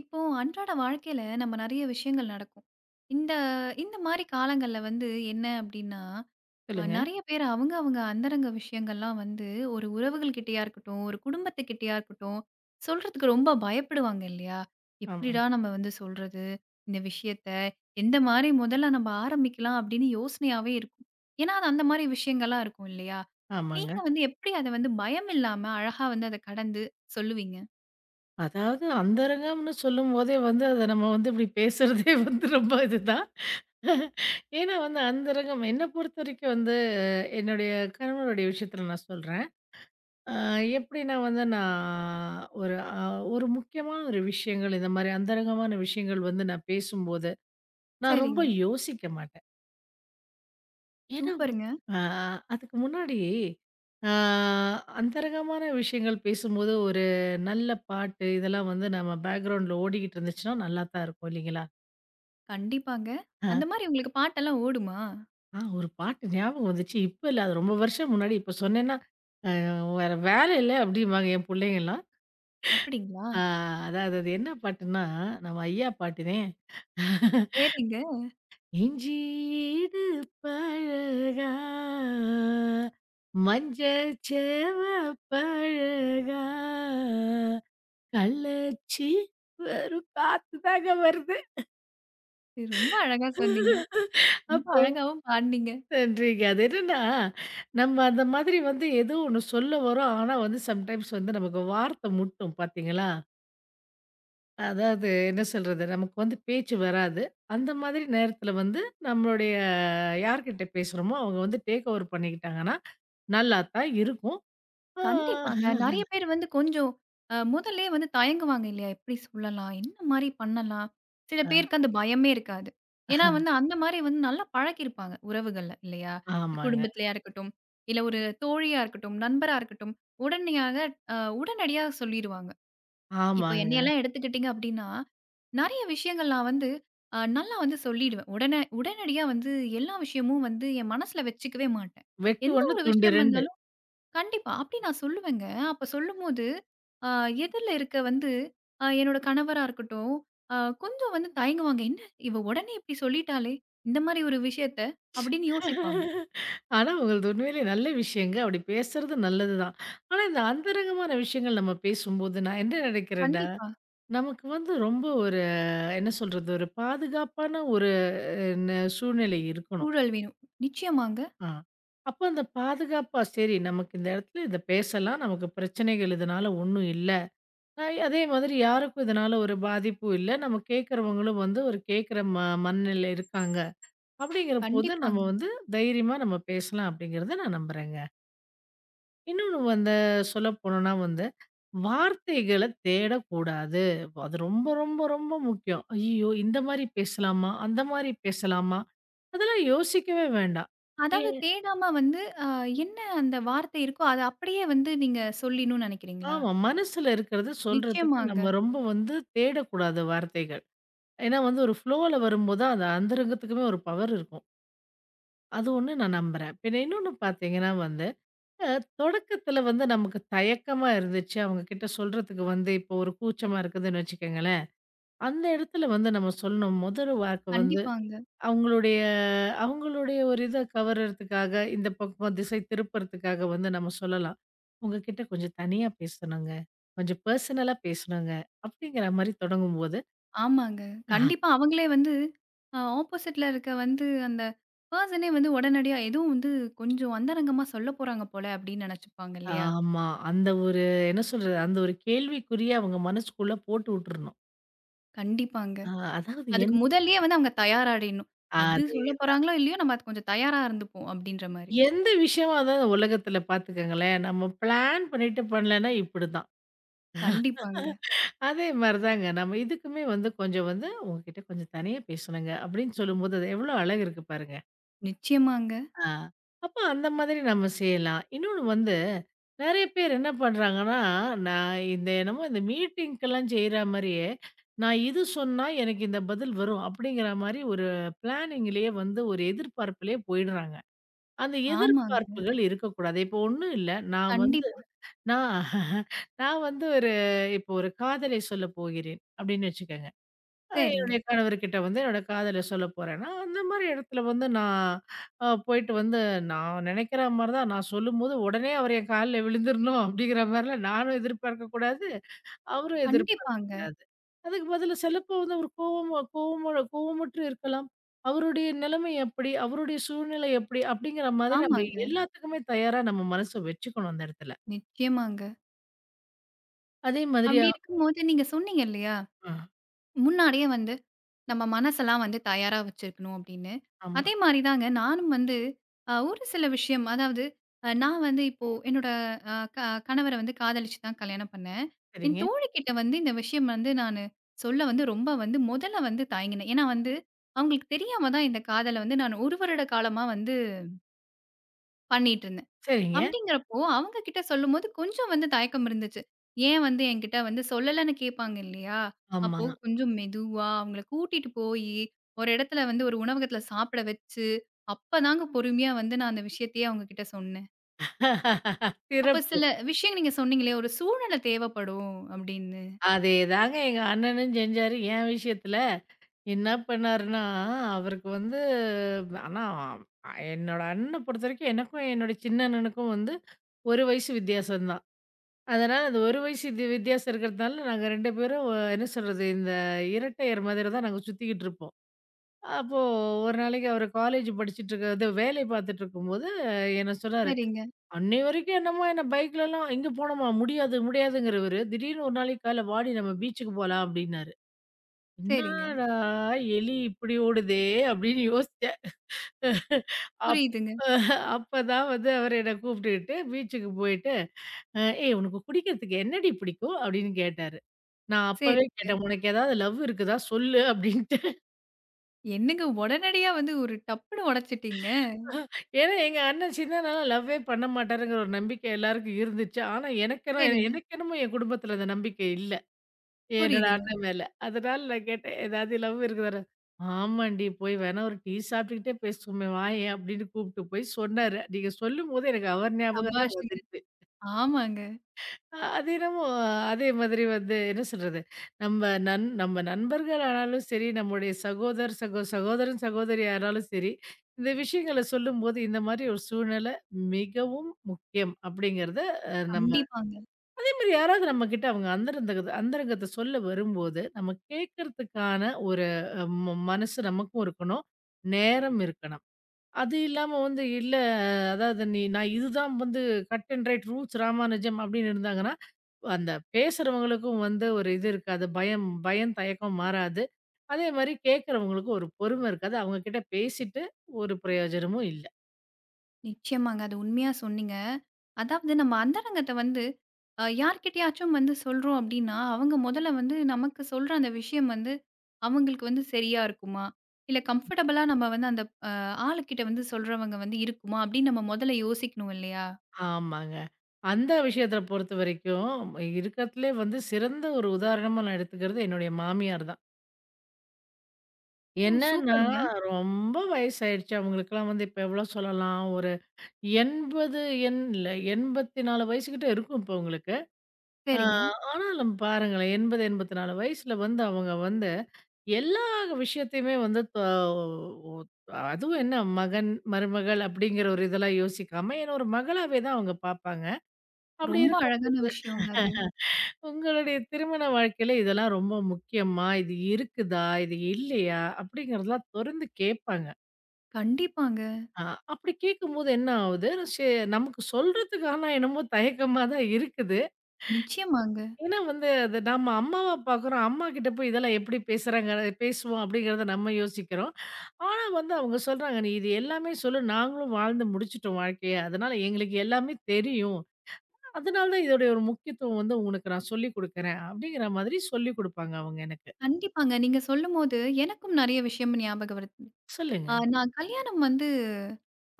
இப்போ அன்றாட வாழ்க்கையில நம்ம நிறைய விஷயங்கள் நடக்கும். இந்த இந்த மாரி காலங்கள்ல வந்து என்ன அப்டின்னா, சொல்லுங்க. நெறைய பேர் அவங்க அவங்க அந்தரங்க விஷயங்கள்லாம் வந்து ஒரு உறவுகள் கிட்டயா இருக்கட்டும், ஒரு குடும்பத்துக்கிட்டயா இருக்கட்டும், சொல்றதுக்கு ரொம்ப பயப்படுவாங்க இல்லையா? ஆமாங்க, எப்டிடா நம்ம வந்து சொல்றது? இந்த விஷயத்த எந்த மாரி முதல்ல நம்ம ஆரம்பிக்கலாம் அப்டின்னு யோசனையாவே இருக்கும். ஏன்னா, அது அந்த மாரி விஷயங்கள்லாம் இருக்கும் இல்லையா? நீங்க ஆமாங்க. வந்து எப்டி அத வந்து பயம் இல்லாம அழகா வந்து அத கடந்து சொல்லுவீங்க? அதாவது அந்தரங்கம்னு சொல்லும்போதே வந்து அத நம்ம வந்து இப்டி பேசுறதே வந்து ரொம்ப இதுதான். ஏன்னா வந்து அந்தரங்கம் என்ன பொறுத்தவரைக்கும் வந்து என்னுடைய கணவருடைய விஷயத்துல நான் சொல்றேன். அ எப்டின்னா வந்து நான் ஒரு முக்கியமான ஒரு விஷயங்கள் இந்த மாரி அந்தரங்கமான விஷயங்கள் வந்து நான் பேசும்போது, நான் ரொம்ப சரிங்க. யோசிக்க மாட்டேன். ஏன்னா, சூப்பருங்க. அ அதுக்கு முன்னாடி அ அந்தரங்கமான விஷயங்கள் பேசும்போது, ஒரு நல்ல பாட்டு இதெல்லாம் வந்து நம்ம பேக்கிரவுண்ட்ல ஓடிக்கிட்டு இருந்துச்சுன்னா, நல்லா தான் இருக்கும் இல்லைங்களா? கண்டிப்பாங்க. அந்த அ மாரி உங்களுக்கு பாட்டெல்லாம் ஓடுமா? ஆ ஒரு பாட்டு ஞாபகம் வந்துச்சு. இப்ப இல்ல. அது ரொம்ப வருஷம் முன்னாடி இப்ப சொன்னேன்னா, அ வேற வேல இல்ல அப்படிம்பாங்க என் புள்ளைங்கலாம். அப்படிங்களா? அ அதாவது அது என்ன பாட்டுன்னா, நம்ம ஐயா பாட்டுதேன். சரிங்க. இஞ்சீடு பழகா மஞ்சள் சேவ பழகா கள்ளச்சி வெறும் காத்து தாங்க வருது. சரி, ரொம்ப அழகா சொன்னீங்க. ரொம்ப அப்போ அழகாவும் பாடுனீங்க. நன்றிங்க. அது என்னன்னா, நம்ம அந்த மாதிரி வந்து ஏதோ ஒன்று சொல்ல வரோம், ஆனா வந்து சம்டைம்ஸ் வந்து நமக்கு வார்த்தை முட்டும் பாத்தீங்களா? அதாவது என்ன சொல்றது? நமக்கு வந்து பேச்சு வராது. அந்த மாதிரி நேரத்தில வந்து நம்மளுடைய யார்கிட்ட பேசுறோமோ, அவங்க வந்து டேக் ஓவர் பண்ணிக்கிட்டாங்கன்னா, நல்லா தான் இருக்கும். ஆ கண்டிப்பாங்க. நெறைய பேர் வந்து கொஞ்சம் முதல்லயே வந்து தயங்குவாங்க இல்லையா? எப்படி சொல்லலாம்? என்ன மாரி பண்ணலாம்? சில அ பேருக்கு அந்த பயமே இருக்காது. ஏன்னா வந்து அந்த மாரி வந்து நல்லா பழக்கியிருப்பாங்க உறவுகள்ல இல்லையா? ஆமாங்க, குடும்பத்திலயா இருக்கட்டும், இல்ல ஒரு தோழியா இருக்கட்டும், நண்பரா இருக்கட்டும், உடனடியாக அ உடனடியா சொல்லிருவாங்க. இப்ப ஆமாங்க. என்னையெல்லாம் எடுத்துக்கிட்டீங்க அப்படின்னா, நெறைய விஷயங்கள் நான் வந்து நல்லா வந்து சொல்லிடுவேன். உடனே உடனடியா வந்து எல்லா விஷயமும் வந்து என் மனசுல வச்சுக்கவே மாட்டேன். வெட்டு எந்த 1 ஒரு துண்டு விஷயம் 2. வந்தாலும் கண்டிப்பா. அப்படி நான் சொல்லுவேங்க. அப்ப சொல்லும்போது, அ எதிர்ல இருக்க வந்து என்னோட கணவரா இருக்கட்டும், அ கொஞ்சம் வந்து தயங்குவாங்க. "என்ன இவ உடனே இப்படி சொல்லிட்டாளே! இந்த மாரி ஒரு விஷயத்த" அப்படின்னு யோசிப்பாங்க. ஆனா உங்களது உண்மையிலேயே நல்ல விஷயங்க. அப்படி பேசுறது நல்லது தான். ஆனா இந்த அந்தரங்கமான விஷயங்கள் நம்ம பேசும்போது, நான் என்ன நினைக்கிறேன்னா, கண்டிப்பா. நமக்கு வந்து ரொம்ப ஒரு என்ன சொல்றது? ஒரு பாதுகாப்பான ஒரு ந சூழ்நிலை இருக்கணும். சூழல் வேணும். நிச்சயமாங்க. ஆ. அப்ப அந்த பாதுகாப்பா, சரி நமக்கு இந்த இடத்துல இத பேசலாம். நமக்கு பிரச்சனைகள் இதனால ஒண்ணும் இல்ல. அதே மாதிரி யாருக்கும் இதனால ஒரு பாதிப்பும் இல்ல. நம்ம கேட்கிறவங்களும் வந்து ஒரு கேட்கிற ம மனநிலையில இருக்காங்க. அப்படிங்கிற போது நம்ம கண்டிப்பாங்க. வந்து தைரியமா நம்ம பேசலாம் அப்படிங்கிறத நான் நம்புறேங்க. இன்னொன்னு வந்து சொல்லப்போனோம்னா வந்து, வார்த்தைகள தேடக்கூடாது. அது ரொம்ப ரொம்ப ரொம்ப முக்கியம். ஐயய்யோ! இந்த மாரி பேசலாமா? அந்த மாரி பேசலாமா? அதெல்லாம் யோசிக்கவே வேண்டாம். ஏ அதாவது தேடாம வந்து அ என்ன அந்த வார்த்தை இருக்கோ, அத அப்படியே வந்து நீங்க சொல்லிடணும்னு நெனைக்கிறீங்களா? ஆமா. மனசுல இருக்கிறது சொல்றதுக்கு நிச்சயமாங்க. நம்ம ரொம்ப வந்து தேடக்கூடாத வார்த்தைகள். ஏன்னா வந்து ஒரு ஃப்ளோல வரும்போது தான், அது அந்தரங்கத்துக்குமே ஒரு பவர் இருக்கும். அது ஒண்ணு நான் நம்புறேன். பின்ன இன்னொன்னு பார்த்தீங்கன்னா வந்து, அ தொடக்கத்துல வந்து நமக்கு தயக்கமா இருந்துச்சு. அவங்க கிட்ட சொல்றதுக்கு வந்து இப்போ ஒரு கூச்சமா இருக்குதுன்னு வச்சுக்கங்களேன். அந்த இடத்துல வந்து நம்ம சொல்லணும். முதல் வார்த்தை வந்து கண்டிப்பாங்க. அவங்களுடைய அவங்களுடைய ஒரு இத கவர்றதுக்காக, இந்த பக்கம் திசை திருப்புறதுக்காக வந்து நம்ம சொல்லலாம். உங்ககிட்ட கொஞ்சம் தனியா பேசணுங்க. கொஞ்சம் பெர்சனலா பேசணுங்க. அப்படிங்கிற மாரி தொடங்கும்போது, ஆமாங்க. ஆஹா. கண்டிப்பா அவங்களே வந்து ஆப்போசிட்ல இருக்க வந்து அந்த பெர்சனே வந்து உடனடியா எதுவும் வந்து கொஞ்சம் அந்தரங்கமா சொல்ல போறாங்க போல அப்படின்னு நெனைச்சுப்பாங்க இல்லையா? ஆமா. அந்த ஒரு என்ன சொல்றது? அந்த ஒரு கேள்விக்குறிய அவங்க மனசுக்குள்ள போட்டு விட்டுறணும். கண்டிப்பாங்க. அ அதாவது அதுக்கு என் முதல்லயே வந்து அவங்க தயாராயிடணும். எது சொல்ல அதேதான். போறாங்களோ இல்லையோ நம்ம அது கொஞ்சம் தயாரா இருந்துப்போம் அப்படின்ற மாரி. எந்த விஷயமா இருந்தாலும் இந்த உலகத்துல பாத்துக்கங்களேன், நம்ம பிளான் பண்ணிட்டு பண்ணலன்னா இப்படிதான். கண்டிப்பாங்க. அதே மாரி தாங்க. நம்ம இதுக்குமே வந்து கொஞ்சம் வந்து உங்ககிட்ட கொஞ்சம் தனியா பேசணுங்க அப்படின்னு சொல்லும்போது, அது எவ்வளோ அழகு இருக்கு பாருங்க. நிச்சயமாங்க. ஆ. அப்ப அந்த மாதிரி நம்ம செய்யலாம். இன்னொன்னு வந்து நெறைய பேர் என்ன பண்றாங்கன்னா, நான் இந்த என்னமோ இந்த மீட்டிங்க்கெல்லாம் செய்ற மாரியே, நான் இது சொன்னா எனக்கு இந்த பதில் வரும் அப்படிங்கிற மாரி ஒரு பிளானிங்லேயே வந்து ஒரு எதிர்பார்ப்பிலேயே போயிடுறாங்க. அந்த ஆமாங்க. எதிர்பார்ப்புகள் இருக்கக்கூடாது. இப்போ ஒண்ணும் இல்ல. நான் வந்து கண்டிப்பா. நான் நான் வந்து ஒரு இப்போ ஒரு காதலை சொல்லப் போகிறேன் அப்படின்னு வச்சுக்கங்க. சரிங்க. என்னுடைய கணவர்கிட்ட வந்து என்னோட காதல சொல்லப் போறேன்னா, அந்த மாரி இடத்துல வந்து நான் போயிட்டு வந்து நான் நெனைக்கிற மாரி தான் நான் சொல்லும்போது, உடனே அவர் என் கால்ல விழுந்துரணும் அப்படிங்கிற மாரிலாம் நானும் எதிர்பார்க்கக் கூடாது, அவரும் எதிர்பார்க்கக் கண்டிப்பாங்க. கூடாது. அதுக்கு பதிலா சிலப்போ வந்து அவர் கோவமா கோவமோட கோவமுற்று இருக்கலாம். அவருடைய நிலைமை எப்படி? அவருடைய சூழ்நிலை எப்படி? அப்படிங்கிற மாதிரி நம்ம ஆமாங்க. எல்லாத்துக்குமே தயாரா நம்ம மனச வச்சுக்கணும் அந்த இடத்துல. நிச்சயமாங்க. அதே மாதிரியா அப்படி இருக்கும்போது நீங்க சொன்னீங்க இல்லையா? ஆ முன்னாடியே வந்து நம்ம மனசெல்லாம் வந்து தயாரா வச்சிருக்கணும் அப்படின்னு. ஆமா. அதே மாரி தாங்க நானும் வந்து ஒரு சில விஷயம் அதாவது நான் வந்து இப்போ என்னோட அ க கணவர வந்து காதலிச்சு தான் கல்யாணம் பண்ணேன். என் சரிங்க, தோழிகிட்ட வந்து இந்த விஷயம் வந்து நானு சொல்ல வந்து ரொம்ப வந்து முதல்ல வந்து தயங்கினேன். ஏன்னா வந்து அவங்களுக்கு தெரியாம தான் இந்த காதல வந்து நான் 1 வருட காலமா வந்து பண்ணிட்டு இருந்தேன். சரிங்க. அப்டிங்கிறப்போ, அவங்க கிட்ட சொல்லும்போது கொஞ்சம் வந்து தயக்கம் இருந்துச்சு. ஏன் வந்து என்கிட்ட வந்து சொல்லலன்னு கேட்பாங்க இல்லையா? ஆமா. அப்போ கொஞ்சம் மெதுவா அவங்கள கூட்டிட்டு போயி, ஒரு இடத்துல வந்து ஒரு உணவகத்துல சாப்பிட வச்சு, அப்பதாங்க பொறுமையா வந்து நான் அந்த விஷயத்தையே அவங்க கிட்ட சொன்னேன். அப்ப சிறப்பு. சில விஷயம் நீங்க சொன்னீங்களே, ஒரு சூழ்நிலை தேவைப்படும் அப்டின்னு. அதேதாங்க எங்க அண்ணனும் செஞ்சாரு. என் விஷயத்துல என்ன பண்ணாருன்னா, அவருக்கு வந்து ஆனா என்னோட அண்ணன பொறுத்தவரைக்கும் எனக்கும் என்னோட சின்ன அண்ணனுக்கும் வந்து 1 வயசு வித்தியாசம் தான். அதனால அந்த 1 வயசு இது வித்தியாசம் இருக்கிறதுனால நாங்க 2 பேரும் என்ன சொல்றது, இந்த இரட்டையர் மாதிரி தான் நாங்க சுத்திக்கிட்டு இருப்போம். அப்போ ஒரு நாளைக்கு அவரு காலேஜ் படிச்சுட்டு இருக்க இது வேலை பார்த்துட்டு இருக்கும்போது என்ன சொன்னாரு, சரிங்க, "அன்னை வரைக்கும் என்னமோ என்ன பைக்லலாம் எங்க போனோமா முடியாது முடியாதுங்கிறவரு, திடீர்னு ஒரு நாளைக்கு காலைல வாடி நம்ம பீச்சுக்கு போலாம்" அப்டின்னாரு. சரிங்க. "என்னாடா எலி இப்படி ஓடுதே!" அப்படின்னு யோசிச்சேன். அப் புரியுதுங்க. அப்பதான் வந்து அவரு என்ன கூப்பிட்டுக்கிட்டு பீச்சுக்கு போயிட்டு, ஏய் உனக்கு குடிக்கிறதுக்கு என்னடி பிடிக்கும்?" அப்படின்னு கேட்டாரு. நான் அப்பவே சரிங்க. கேட்டேன், "உனக்கு ஏதாவது லவ் இருக்குதா சொல்லு" அப்படின்ட்டு. என்னங்க உடனடியா வந்து ஒரு டப்புன்னு உடைச்சுட்டீங்க. அஹ், ஏன்னா எங்க அண்ணன் சின்னதுனால லவ்வே பண்ண மாட்டாருங்கிற ஒரு நம்பிக்கை எல்லாருக்கும் இருந்துச்சு. ஆனா சரிங்க. எனக்கு என்னமோ என் குடும்பத்தில அந்த நம்பிக்கை இல்ல. என்னோட புரியுதுங்க. அண்ணன் மேல. அதனால நான் கேட்டேன், "ஏதாவது லவ் இருக்குதாடா?" "ஆமாண்டி, போய் வேணா ஒரு டீ சாப்பிட்டுக்கிட்டே பேசுவோமே வாயேன்" அப்படின்னு கூப்பிட்டு போய் சொன்னாரு. நீங்க சொல்லும்போது எனக்கு அவர் ஞாபகம் தான் சபாஷுங்க. வந்துச்சு. ஆமாங்க. அது என்னமோ அதே மாதிரி வந்து என்ன சொல்றது, நம்ம நம்ம நண்பர்கள் ஆனாலும் சரி, நம்முடைய சகோதர் சகோ சகோதரன், சகோதரி ஆனாலும் சரி, இந்த விஷயங்கள சொல்லும்போது இந்த மாதிரி ஒரு சூழ்நிலை மிகவும் முக்கியம் அப்படிங்கிறத நம்ம கண்டிப்பாங்க. வேறு யாராவது நம்மகிட்ட அவங்க அந்தரங்கத்த அந்தரங்கத்த சொல்ல வரும்போது, நம்ம கேட்கறதுக்கான ஒரு அ ம மனசு நமக்கும் இருக்கணும். நேரம் இருக்கணும். அது இல்லாம வந்து இல்ல அதாவது நீ நான் இதுதான் வந்து cut and right rules Ramanujam அப்படின்னு இருந்தாங்கன்னா, அந்த பேசுறவங்களுக்கும் வந்து ஒரு இது இருக்காது. பயம் பயம், தயக்கம் மாறாது. அதே மாரி கேட்கறவங்களுக்கும் ஒரு பொறுமை இருக்காது. அவங்க கிட்ட பேசிட்டு ஒரு பிரயோஜனமும் இல்ல. நிச்சயமாங்க. அது உண்மையா சொன்னீங்க. அதாவது நம்ம அந்தரங்கத்த வந்து யார்கிட்டயாச்சும் வந்து சொல்றோம் அப்டின்னா, அவங்க முதல்ல வந்து நமக்கு சொல்ற அந்த விஷயம் வந்து, அவங்களுக்கு வந்து சரியா இருக்குமா? இல்ல கம்ஃபர்டபுளா நம்ம வந்து அந்த அ ஆளுகிட்ட வந்து சொல்றவங்க வந்து இருக்குமா? அப்டின்னு நம்ம முதல்ல யோசிக்கணும் இல்லையா? ஆமாங்க. அந்த விஷயத்த பொறுத்தவரைக்கும், இருக்கறதுலே வந்து சிறந்த ஒரு உதாரணமா நான் எடுத்துக்கிறது என்னுடைய மாமியார் தான். ஓ! என்னன்னா, சூப்பருங்க. ரொம்ப வயசாயிடுச்சு. அவங்களுக்கெல்லாம் வந்து இப்ப எவ்வளோ சொல்லலாம்? ஒரு 80 எண் இல்ல 84 வயசுகிட்ட இருக்கும் இப்ப அவங்களுக்கு. அ சரிங்க. ஆனாலும் பாருங்களேன், 80, 84 வயசுல வந்து அவங்க வந்து எல்லா விஷயத்தையுமே வந்து தொ ஒ அதுவும் என்ன மகன், மருமகள் அப்படிங்கிற ஒரு இதெல்லாம் யோசிக்காம, என்ன ஒரு மகளாவே தான் அவங்க பார்ப்பாங்க. அப்படி ரொம்ப இருக்க அழகான விஷயங்க அது. உங்களுடைய திருமண வாழ்க்கையில இதெல்லாம் ரொம்ப முக்கியமா? இது இருக்குதா? இது இல்லையா? அப்படிங்கிறதெல்லாம் தொறந்து கேட்பாங்க. கண்டிப்பாங்க. அ அப்படி கேட்கும்போது என்ன ஆவுது? நமக்கு சொல்றதுக்கு ஆனா என்னமோ தயக்கமா தான் இருக்குது. நிச்சயமாங்க. ஏன்னா வந்து அது நம்ம அம்மாவா பார்க்குறோம். அம்மாகிட்ட போய் இதெல்லாம் எப்படி பேசுவோம் அப்படிங்கிறத நம்ம யோசிக்கிறோம். ஆனா வந்து அவங்க சொல்றாங்க, "நீ இது எல்லாமே சொல்லு. நாங்களும் வாழ்ந்து முடிச்சுட்டோம் வாழ்க்கைய. அதனால எங்களுக்கு எல்லாமே தெரியும். அதனால தான் இதோடைய ஒரு முக்கியத்துவம் வந்து உனக்கு நான் சொல்லிக் குடுக்குறேன்." அப்படிங்கிற மாதிரி சொல்லிக் குடுப்பாங்க அவங்க எனக்கு. கண்டிப்பாங்க. நீங்க சொல்லும்போது எனக்கும் நெறைய விஷயம் ஞாபகம் வருது. சொல்லுங்க. நான் கல்யாணம் வந்து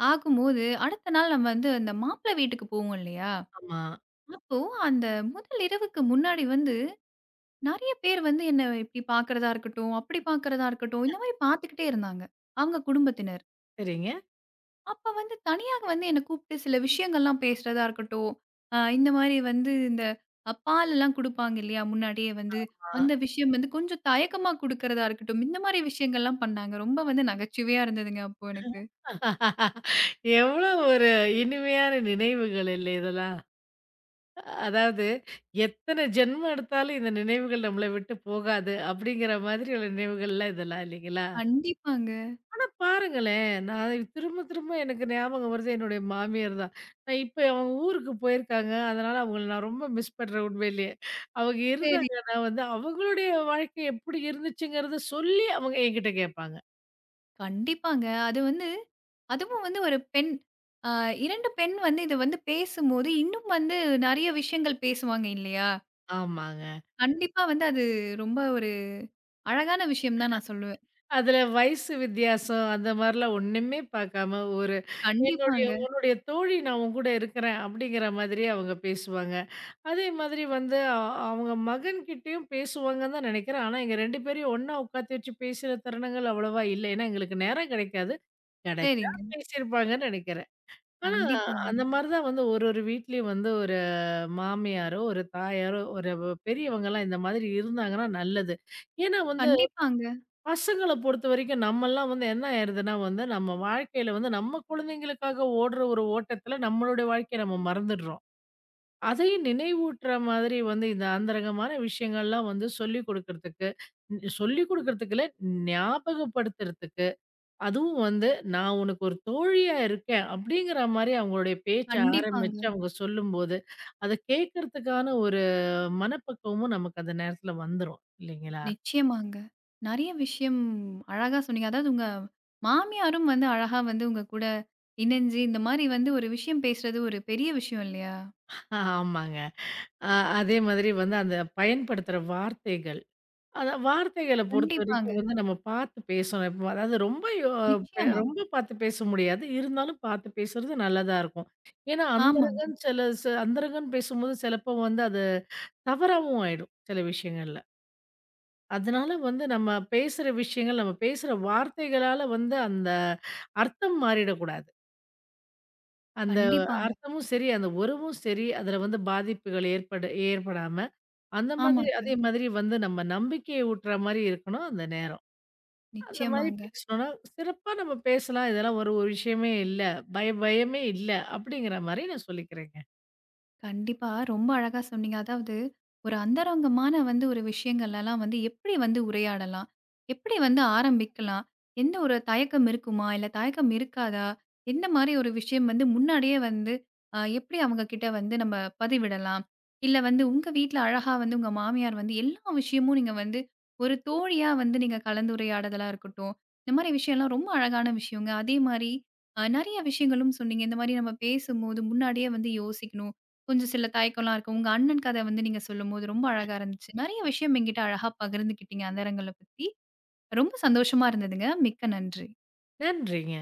ஆகும்போது, அடுத்த நாள் நம்ம வந்து அந்த மாப்பிள வீட்டுக்கு போவோம் இல்லையா? ஆமா. அப்போ அந்த முதல் இரவுக்கு முன்னாடி வந்து நெறைய பேர் வந்து என்ன இப்டி பார்க்கிறதா இருக்கட்டும், அப்படி பார்க்கிறதா இருக்கட்டும், இந்த மாரி பார்த்துக்கிட்டே இருந்தாங்க. அவங்க குடும்பத்தினர். சரிங்க. அப்ப வந்து தனியா வந்து என்ன கூப்ட்டு சில விஷயங்கள்லாம் பேசுறதா இருக்கட்டும், இந்த மாரி வந்து இந்த பாலெல்லாம் குடுப்பாங்க இல்லையா? முன்னாடியே வந்து அந்த ஆ. விஷயம் வந்து கொஞ்சம் தயக்கமா குடுக்கிறதா இருக்கட்டும், இந்த மாரி விஷயங்கள்லாம் பண்ணாங்க. ரொம்ப வந்து நகைச்சுவையா இருந்ததுங்க அப்போ எனக்கு. எவ்ளோ ஒரு இனிமையான நினைவுகள் இல்ல இதெல்லாம். அதாவது எத்தன ஜென்மம் எடுத்தாலும் இந்த நினைவுகள் நம்மள விட்டு போகாது அப்படிங்கிற மாதிரி உள்ள நினைவுகள்லாம் இதெல்லாம் இல்லைங்களா? கண்டிப்பாங்க. ஆனா பாருங்களேன், நான் திரும்ப திரும்ப எனக்கு ஞாபகம் வருது என்னுடைய மாமியார் தான். நான் இப்ப அவங்க ஊருக்கு போயிருக்காங்க. அதனால அவங்கள நான் ரொம்ப மிஸ் பண்றேன் உண்மையிலேயே. அவங்க சரி. இருந்தாங்கன்னா வந்து அவங்களுடைய வாழ்க்கை எப்படி இருந்துச்சுங்கிறத சொல்லி அவங்க என்கிட்ட கேட்பாங்க. கண்டிப்பாங்க. அது வந்து அதுவும் வந்து ஒரு பெண் அ 2 பெண் வந்து இது வந்து பேசும்போது, இன்னும் வந்து நெறைய விஷயங்கள் பேசுவாங்க இல்லையா? ஆமாங்க. கண்டிப்பா வந்து அது ரொம்ப ஒரு அழகான விஷயம் தான் நான் சொல்லுவேன். அதுல வயசு வித்தியாசம் அந்த மாரிலாம் ஒண்ணுமே பார்க்காம, ஒரு என்னுடைய கண்டிப்பாங்க. உன்னுடைய தோழி நான் உன்கூட இருக்கிறேன் அப்படிங்கிற மாதிரி அவங்க பேசுவாங்க. அதே மாதிரி வந்து அவங்க மகன்கிட்டயும் பேசுவாங்கன்னு தான் நெனைக்கிறேன். ஆனா, எங்க 2 பேரையும் ஒண்ணா உட்காத்தி வச்சு பேசுற தருணங்கள் அவ்வளவா இல்ல. ஏன்னா, எங்களுக்கு நேரம் கிடைக்காது. கிடைச்சா சரிங்க. பேசியிருப்பாங்கன்னு நெனைக்கிறேன். ஆனா, அந்த கண்டிப்பாங்க. மாரி தான் வந்து ஒரு ஒரு வீட்லயும் வந்து ஒரு மாமியாரோ, ஒரு தாயாரோ, ஒரு பெரியவங்கலாம் இந்த மாதிரி இருந்தாங்கன்னா நல்லது. ஏன்னா வந்து கண்டிப்பாங்க, பசங்கள பொறுத்தவரைக்கும் நம்மல்லாம் வந்து என்ன ஆயிருதுன்னா வந்து, நம்ம வாழ்க்கையில வந்து நம்ம குழந்தைங்களுக்காக ஓடுற ஒரு ஓட்டத்துல நம்மளுடைய வாழ்க்கைய நம்ம மறந்துடுறோம். அதையும் நினைவூட்டுற மாதிரி வந்து இந்த அந்தரங்கமான விஷயங்கள்லாம் வந்து சொல்லிக் குடுக்கறதுக்கு இல்ல, ஞாபகப்படுத்துறதுக்கு, அதுவும் வந்து "நான் உனக்கு ஒரு தோழியா இருக்கேன்" அப்படிங்கிற மாரி அவங்களுடைய பேச்ச கண்டிப்பாங்க. ஆரம்பிச்சு அவங்க சொல்லும்போது, அத கேட்கறதுக்கான ஒரு மனப்பக்குவமும் நமக்கு அந்த நேரத்துல வந்துரும். இல்லைங்களா? நிச்சயமாங்க. நெறைய விஷயம் அழகா சொன்னீங்க. அதாவது உங்க மாமியாரும் வந்து அழகா வந்து உங்க கூட இணஞ்சு, இந்த மாரி வந்து ஒரு விஷயம் பேசுறது ஒரு பெரிய விஷயம் இல்லையா? ஆமாங்க. அ அதே மாதிரி வந்து அந்த பயன்படுத்துற வார்த்தைகள். அந்த வார்த்தைகள கண்டிப்பாங்க. பொறுத்தவரைக்கும் வந்து நம்ம பார்த்து பேசணும். இப்ப அதாவது ரொம்ப யோ பெ நிச்சயமா. ரொம்ப பார்த்து பேச முடியாது. இருந்தாலும் பார்த்து பேசுறது நல்லதா இருக்கும். ஏன்னா ஆமாங்க. அந்தரகன் பேசும்போது சிலப்போ வந்து அது தவறாவும் ஆயிடும், சில விஷயங்கள்ல. அதனால வந்து நம்ம பேசுற விஷயங்கள், நம்ம பேசுற வார்த்தைகளால வந்து அந்த அர்த்தம் மாறிடக்கூடாது. அந்த கண்டிப்பாங்க. அர்த்தமும் சரி, அந்த உறவும் சரி, அதுல வந்து பாதிப்புகள் ஏற்படாம அந்த மாதிரி ஆமாங்க. அதே மாதிரி வந்து நம்ம நம்பிக்கைய ஊட்டுற மாரி இருக்கணும் அந்த நேரம். அந்த மாரி நிச்சயமாங்க. பேசணும்னா, சிறப்பா நம்ம பேசலாம். இதெல்லாம் ஒரு ஒரு விஷயமே இல்ல. பயமே இல்ல. அப்படிங்கிற மாரி நான் சொல்லிக்கிறேங்க. கண்டிப்பா. ரொம்ப அழகா சொன்னீங்க. அதாவது ஒரு அந்தரங்கமான வந்து ஒரு விஷயங்கள்லலாம் வந்து எப்படி வந்து உரையாடலாம்? எப்படி வந்து ஆரம்பிக்கலாம்? எந்த ஒரு தயக்கம் இருக்குமா? இல்ல தயக்கம் இருக்காதா? எந்த மாரி ஒரு விஷயம் வந்து முன்னாடியே வந்து எப்படி அவங்க கிட்ட வந்து நம்ம பதிவிடலாம்? இல்ல வந்து உங்க வீட்ல அழகா வந்து உங்க மாமியார் வந்து எல்லா விஷயமும் நீங்க வந்து ஒரு தோழியா வந்து நீங்க கலந்துரையாடுதலா இருக்கட்டும். இந்த மாரி விஷயம்லாம் ரொம்ப அழகான விஷயங்க. அதே மாரி நெறைய விஷயங்களும் சொன்னீங்க. இந்த மாரி நம்ம பேசும்போது முன்னாடியே வந்து யோசிக்கணும். கொஞ்சம் சில தயக்கம்லாம் இருக்கும். உங்க அண்ணன் கத வந்து நீங்க சொல்லும்போது ரொம்ப அழகா இருந்துச்சு. நெறைய விஷயம் என்கிட்ட அழகா பகிர்ந்துக்கிட்டீங்க, அந்த நேரங்கள பத்தி. ரொம்ப சந்தோஷமா இருந்ததுங்க. மிக்க நன்றி. நன்றிங்க.